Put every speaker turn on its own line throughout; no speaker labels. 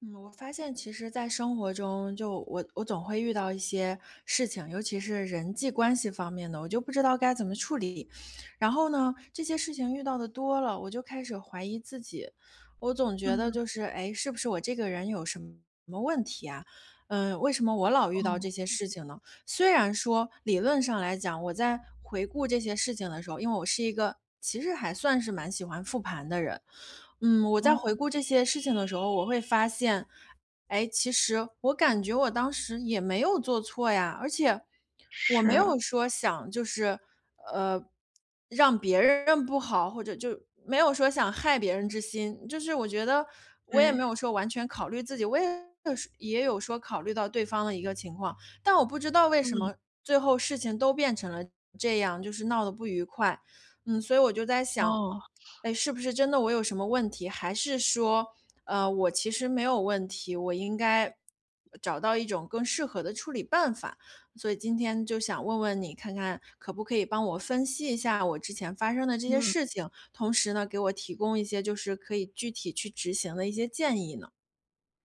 嗯，我发现其实在生活中，就我总会遇到一些事情，尤其是人际关系方面的，我就不知道该怎么处理。然后呢，这些事情遇到的多了，我就开始怀疑自己。我总
嗯
觉得
嗯
就是，哎，是不是我这个人有什么问题啊？嗯，为什么我老遇到这些事情呢？虽然说理论上来讲，我在回顾这些事情的时候，因为我是一个其实还算是蛮喜欢复盘的人，嗯，我
哦，
在回
哦，
顾这些事情的时候，我会发现，哎，其实我感觉我当时也没有做错呀，而且我没
是，
有说想就是呃让别人不好，或者就没有说想害别人之心，就是我觉得我也
对，
没有说完全考虑自己，我也也有说考虑到对方的一个情况，但我不知道为什
嗯，
么最后事情都变成了这样，就是闹得不愉快，嗯，所以我就在想。
哦，
哎，是不是真的我有什么问题？还是说，我其实没有问题，我应该找到一种更适合的处理办法。所以今天就想问问你，看看可不可以帮我分析一下我之前发生的这些
嗯，
事情，同时呢，给我提供一些就是可以具体去执行的一些建议呢？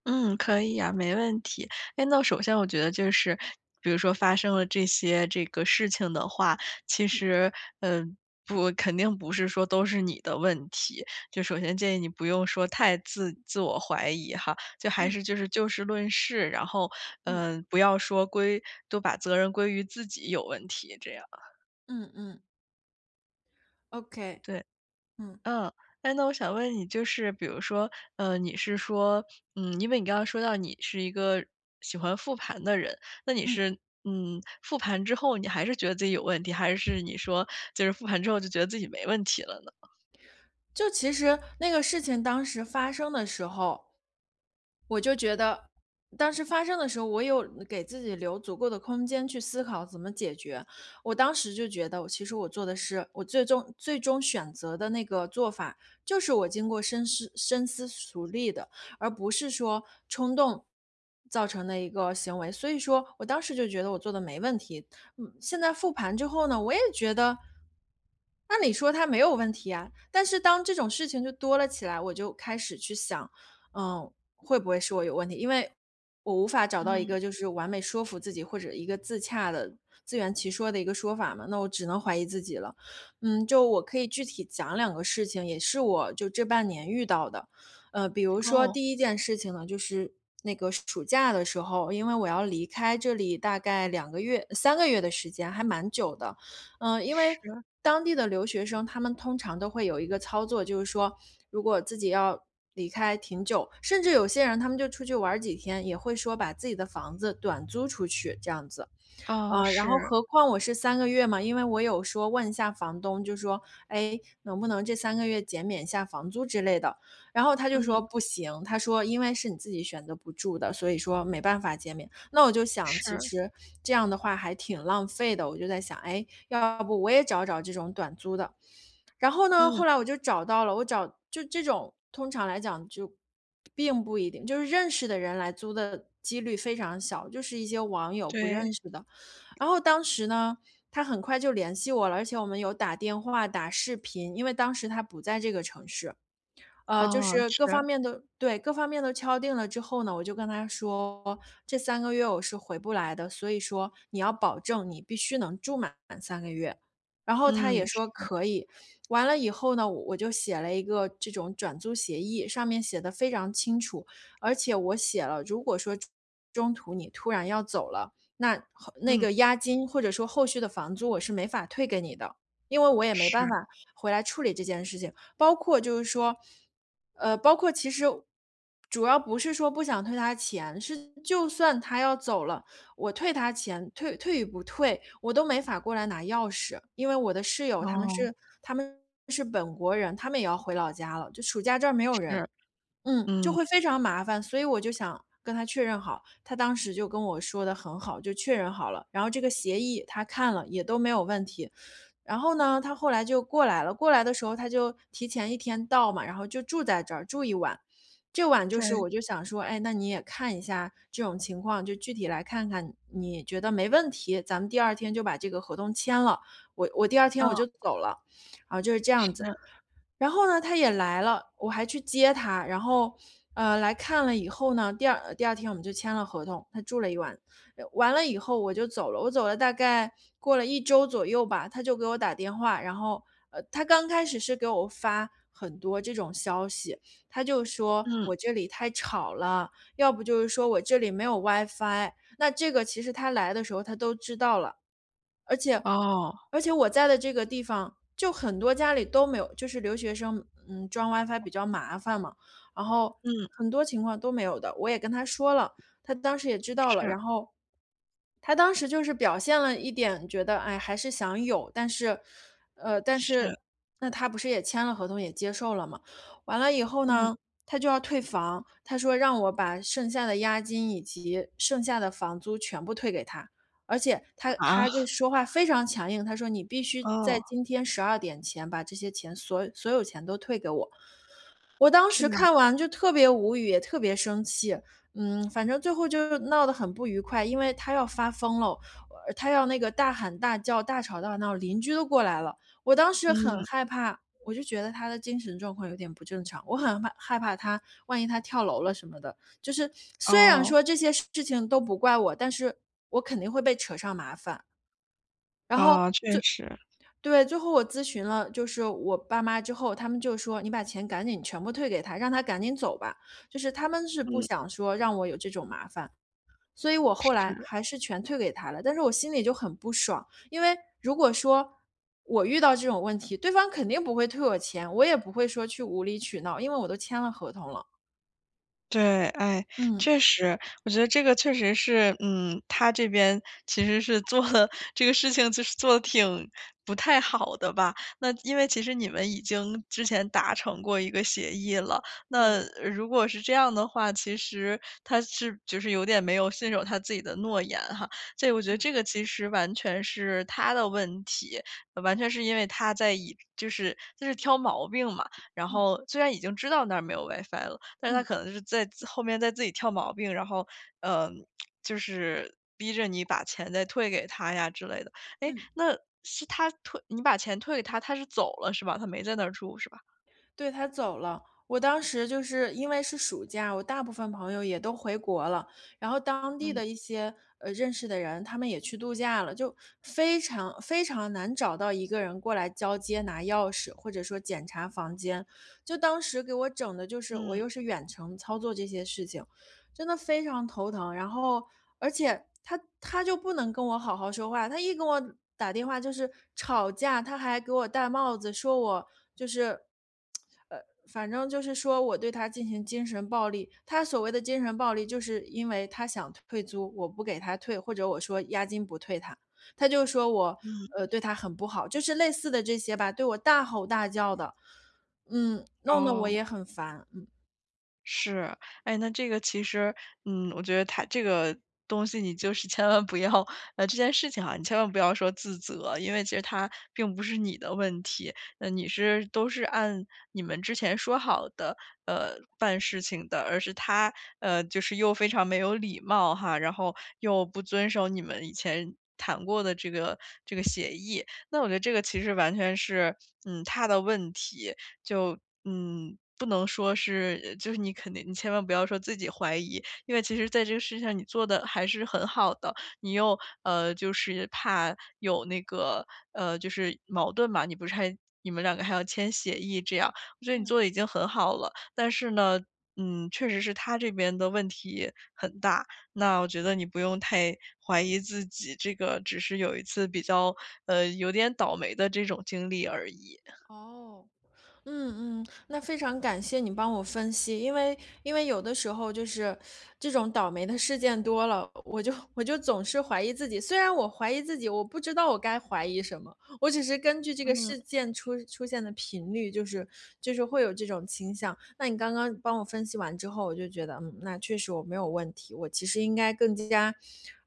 嗯，可以啊，没问题。哎，那首先我觉得就是，比如说发生了这些这个事情的话，其实，呃，不肯定不是说都是你的问题。就首先建议你不用说太自我怀疑哈，就还
嗯
是就是就事论事，然后，
嗯
不要说都把责任归于自己有问题这样，
嗯嗯，OK，
对。
嗯
嗯，哎，那我想问你，就是比如说，你是说，因为你刚刚说到你是一个喜欢复盘的人，那你
嗯，
是，复盘之后你还是觉得自己有问题，还是你说就是复盘之后就觉得自己没问题了呢？
就其实那个事情当时发生的时候。我就觉得，当时发生的时候，我有给自己留足够的空间去思考怎么解决。我当时就觉得，其实我做的是，我最终选择的那个做法，就是我经过深思熟虑的，而不是说冲动造成的一个行为。所以说我当时就觉得我做的没问题。嗯，现在复盘之后呢，我也觉得。按理说它没有问题啊，但是当这种事情就多了起来，我就开始去想，嗯，会不会是我有问题？因为我无法找到一
嗯，
个就是完美说服自己或者一个自洽的自圆其说的一个说法嘛，那我只能怀疑自己了。嗯，就我可以具体讲两个事情，也是我就这半年遇到的。比如说
哦，
第一件事情呢，就是那个暑假的时候，因为我要离开这里大概2个月、三个月的时间，还蛮久的。嗯，因为
是，
当地的留学生，他们通常都会有一个操作，就是说，如果自己要离开挺久，甚至有些人他们就出去玩儿几天，也会说把自己的房子短租出去，这样子。
哦，
然后
是，
何况我是三个月嘛，因为我有说问一下房东，就说：“哎，能不能这三个月减免一下房租之类的？”然后他就
嗯，
说：“不行。”他说：“因为是你自己选择不住的，所以说没办法减免。”那我就想，其
是，
实这样的话还挺浪费的，我就在想，哎，要不我也找找这种短租的。然后呢，后
嗯，
来我就找到了，我找就这种通常来讲就并不一定，就是认识的人来租的几率非常小，就是一些网友不
对，
认识的。然后当时呢，他很快就联系我了，而且我们有打电话、打视频，因为当时他不在这个城市。就
哦，
是各
是，
方面都对，各方面都敲定了之后呢，我就跟他说，这三个月我是回不来的，所以说你要保证你必须能住满3个月。然后他也
嗯，
说可以，完了以后呢，我就写了一个这种转租协议，上面写的非常清楚，而且我写了，如果说中途你突然要走了，那后那
嗯，
个押金或者说后续的房租我是没法退给你的，因为我也没
是，
办法回来处理这件事情。包括就是说，包括其实主要不是说不想退他钱，是就算他要走了，我退他钱，退与不退，我都没法过来拿钥匙，因为我的室友他们
哦，
是他们是本国人，他们也要回老家了，就暑假这儿没有人。
是，
嗯，就
嗯，
会非常麻烦，所以我就想跟他确认好，他当时就跟我说的很好，就确认好了。然后这个协议他看了也都没有问题，然后呢，他后来就过来了，过来的时候他就提前一天到嘛，然后就住在这儿，住一晚。这晚就是
对，
我就想说，哎，那你也看一下这种情况，就具体来看看，你觉得没问题，咱们第二天就把这个合同签了。我第二天
嗯，
我就走了，然后就是这
是，
样子。然后呢，他也来了，我还去接他，然后，来看了以后呢，第二天我们就签了合同，他住了一晚，完了以后我就走了，我走了大概过了一周左右吧，他就给我打电话，然后，他刚开始是给我发很多这种消息，他就说
嗯，
我这里太吵了，要不就是说我这里没有 WiFi，那这个其实他来的时候他都知道了，而且
哦，
而且我在的这个地方，就很多家里都没有就是留学生，嗯，装 WiFi 比较麻烦嘛，然后
嗯，
很多情况都没有的，我也跟他说了，他当时也知道了，
是，
然后他当时就是表现了一点觉得，哎，还是想有，但是，呃，但
是，
是那他不是也签了合同，也接受了嘛。完了以后
嗯，
呢，他就要退房，他说让我把剩下的押金以及剩下的房租全部退给他，而且他
啊。
他就说话非常强硬，他说你必须在
哦，
今天12点前把这些钱所有钱都退给我。我当
这
时
样，
看完就特别无语，也特别生气。嗯，反正最后就闹得很不愉快，因为他要发疯了，他要那个大喊大叫、大吵大闹，邻居都过来了。我当时很
嗯，
害怕，我就觉得他的精神状况有点不正常，我很害怕他，万一他跳楼了什么的。就是虽然
哦，
说这些事情都不怪我，但是我肯定会被扯上麻烦。然后
哦，确
最
实，
对，最后我咨询了，就是我爸妈之后，他们就说："你把钱赶紧全部退给他，让他赶紧走吧。"就是他们是不
嗯，
想说让我有这种麻烦。所以我后来
是。
还是全退给他了，但是我心里就很不爽，因为如果说我遇到这种问题，对方肯定不会退我钱，我也不会说去无理取闹，因为我都签了合同了。
对，哎，
嗯，
确实，我觉得这个确实是，他这边其实是做的这个事情，就是做的挺不太好的吧。那因为其实你们已经之前达成过一个协议了，那
对，
如果是这样的话，其实他是就是有点没有信守他自己的诺言哈。所以我觉得
嗯
这个其实完全是他的问题，完全是因为他在就是挑毛病嘛。然
嗯
后虽然已经知道那儿没有 WiFi 了，但是他
嗯
可能是后面在自己挑毛病，然后，嗯，就是逼着你把钱再退给他呀之类的。哎，
嗯。
那是你把钱退给他，他是走了是吧？他没在那儿住是吧？
对，他走了。我当时就是因为是暑假，我大部分朋友也都回国了，然后当地
嗯，
的一些认识的人，他们也去度假了，就非常非常难找到一个人过来交接拿钥匙，或者说检查房间。就当时给我整的就是我
嗯，
又是远程操作这些事情，真的非常头疼。然后而且他就不能跟我好好说话，他一跟我打电话就是吵架，他还给我戴帽子，说我。就是，呃，反正就是说我对他进行精神暴力。他所谓的精神暴力，就是因为他想退租，我不给他退，或者我说押金不退他，他就说我
嗯，
对他很不好，就是类似的这些吧，对我大吼大叫的，嗯，弄得我
哦。
也很烦，嗯嗯。
是，哎，那这个其实，我觉得他这个东西你就是千万不要，这件事情啊，你千万不要说自责，因为其实他并不是你的问题，都是按你们之前说好的，办事情的，而是他，就是又非常没有礼貌哈，然后又不遵守你们以前谈过的这个协议，那我觉得这个其实完全是，他的问题，就不能说是就是你肯定你千万不要说自己怀疑，因为其实在这个事情上你做的还是很好的，你又，就是怕有那个，就是矛盾嘛，你不是还你们两个还要签协议这样，我觉得你做的已经很好了。但是呢，确实是他这边的问题很大，那我觉得你不用太怀疑自己，这个只是有一次比较，有点倒霉的这种经历而已。
哦，嗯嗯，那非常感谢你帮我分析，因为因为有的时候就是这种倒霉的事件多了，我就总是怀疑自己。虽然我怀疑自己，我不知道我该怀疑什么，我只是根据这个
嗯，
事件出现的频率，就是会有这种倾向。那你刚刚帮我分析完之后，我就觉得，嗯，那确实我没有问题，我其实应该更加。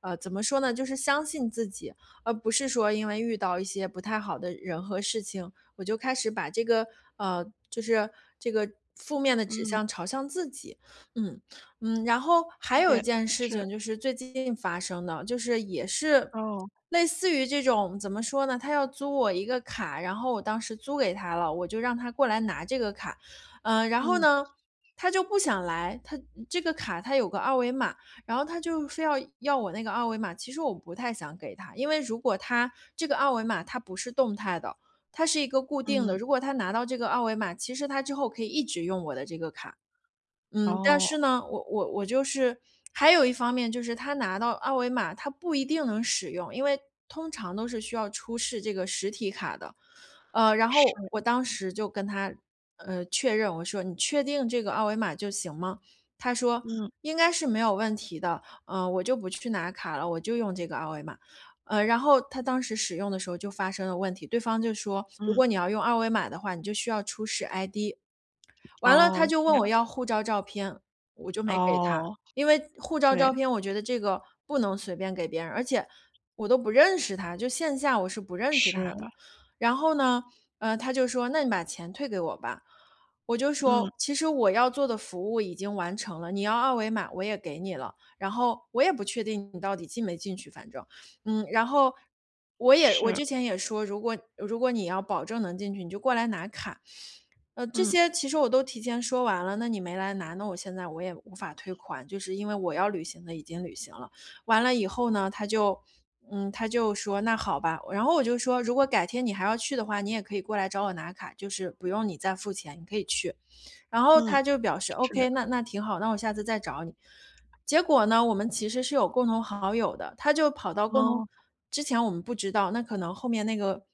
呃，怎么说呢？就是相信自己，而不是说因为遇到一些不太好的人和事情，我就开始把这个呃，就是这个负面的指
嗯。
向朝向自己。嗯嗯，然后还有一
也
件事
是，
情就是最近发生的，就是也是
哦，
类似于这种怎么说呢？他要租我一个卡，然后我当时租给他了，我就让他过来拿这个卡，然后
嗯
呢，他就不想来，他这个卡它有个二维码，然后他就非要要我那个二维码。其实我不太想给他，因为如果他这个二维码它不是动态的，它是一个固定的，
嗯，
如果他拿到这个二维码，其实他之后可以一直用我的这个卡。嗯，但
哦，
是呢，我就是还有一方面就是他拿到二维码，他不一定能使用，因为通常都是需要出示这个实体卡的。然
是，
后我当时就跟他，确认，我说："你确定这个二维码就行吗？"他说：
嗯
“应该是没有问题的，嗯，我就不去拿卡了，我就用这个二维码。"然后他当时使用的时候就发生了问题，对方就说："如
嗯，
果你要用二维码的话，你就需要出示 ID。" 完了他
哦，
就
这
问
样，
我要护照照片，我就没给他，
哦，
因为护照
对，
照片我觉得这个不能随便给别人，而且我都不认识他，就线下我是不认识他
是，
的。然后呢，他就说："那你把钱退给我吧。"我就
嗯，
说："其实我要做的服务已经完成了，你要二维码我也给你了，然后我也不确定你到底进没进去，反正，嗯，然后我
是，
之前也说，如果你要保证能进去，你就过来拿卡。"这
嗯
些其实我都提前说完了，那你没来拿，那我现在也无法退款，就是因为我要履行的已经履行了。完了以后呢，他就，嗯，他就说那好吧，然后我就说，如果改天你还要去的话，你也可以过来找我拿卡，就是不用你再付钱，你可以去。然后
嗯，
他就表示
是，
OK，那挺好，那我下次再找你。结果呢，我们其实是有共同好友的，他就跑到共同
哦，
之前我们不知道，那可能后面那个，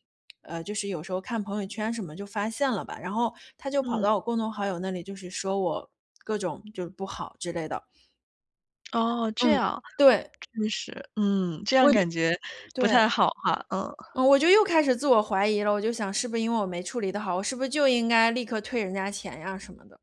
就是有时候看朋友圈什么就发现了吧，然后他就跑
嗯，
到我共同好友那里，就是说我各种就是不好之类的。
哦，这
嗯，
样，
对，
真是，这样
我就
感觉不
对，
太好哈，嗯。
嗯，我就又开始自我怀疑了，我就想是不是因为我没处理的好，我是不是就应该立刻退人家钱呀什么的。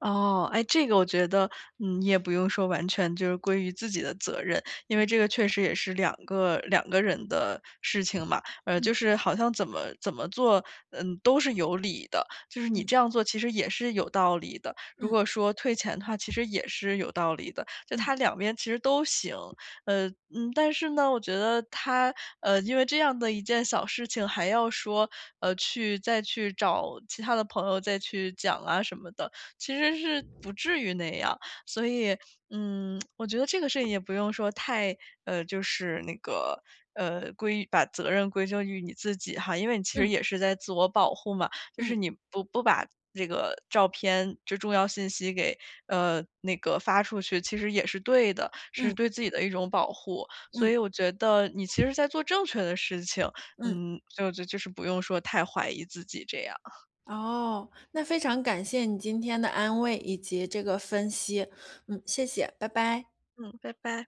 哦，哎，这个我觉得，你也不用说完全就是归于自己的责任，因为
嗯
这个确实也是两个人的事情嘛。就
嗯
是好像怎么怎么做，都是有理的。就是你
嗯
这样做其实也是有道理的。如
嗯
果说退钱的话，其实也是有道理的。就
嗯
他
嗯
两边其实都行，但是呢，我觉得他，因为这样的一件小事情还要说，再去找其他的朋友再去讲啊什么的。其实是不至于那样。所以，我觉得这个事情也不用说太，就是那个，把责任归咎于你自己哈，因为你其
嗯
实
嗯
也是在自我保护嘛，就是
嗯。
你不把这个照片这重要信息给，那个发出去，其实也是对的，是
嗯
对自己的一种保护。所
嗯
以我觉得你其实在做正确的事情，
嗯，
所以我觉得就是不用说太怀疑自己这样。
哦，那非常感谢你今天的安慰以及这个分析，嗯，谢谢，拜拜。
嗯，拜拜。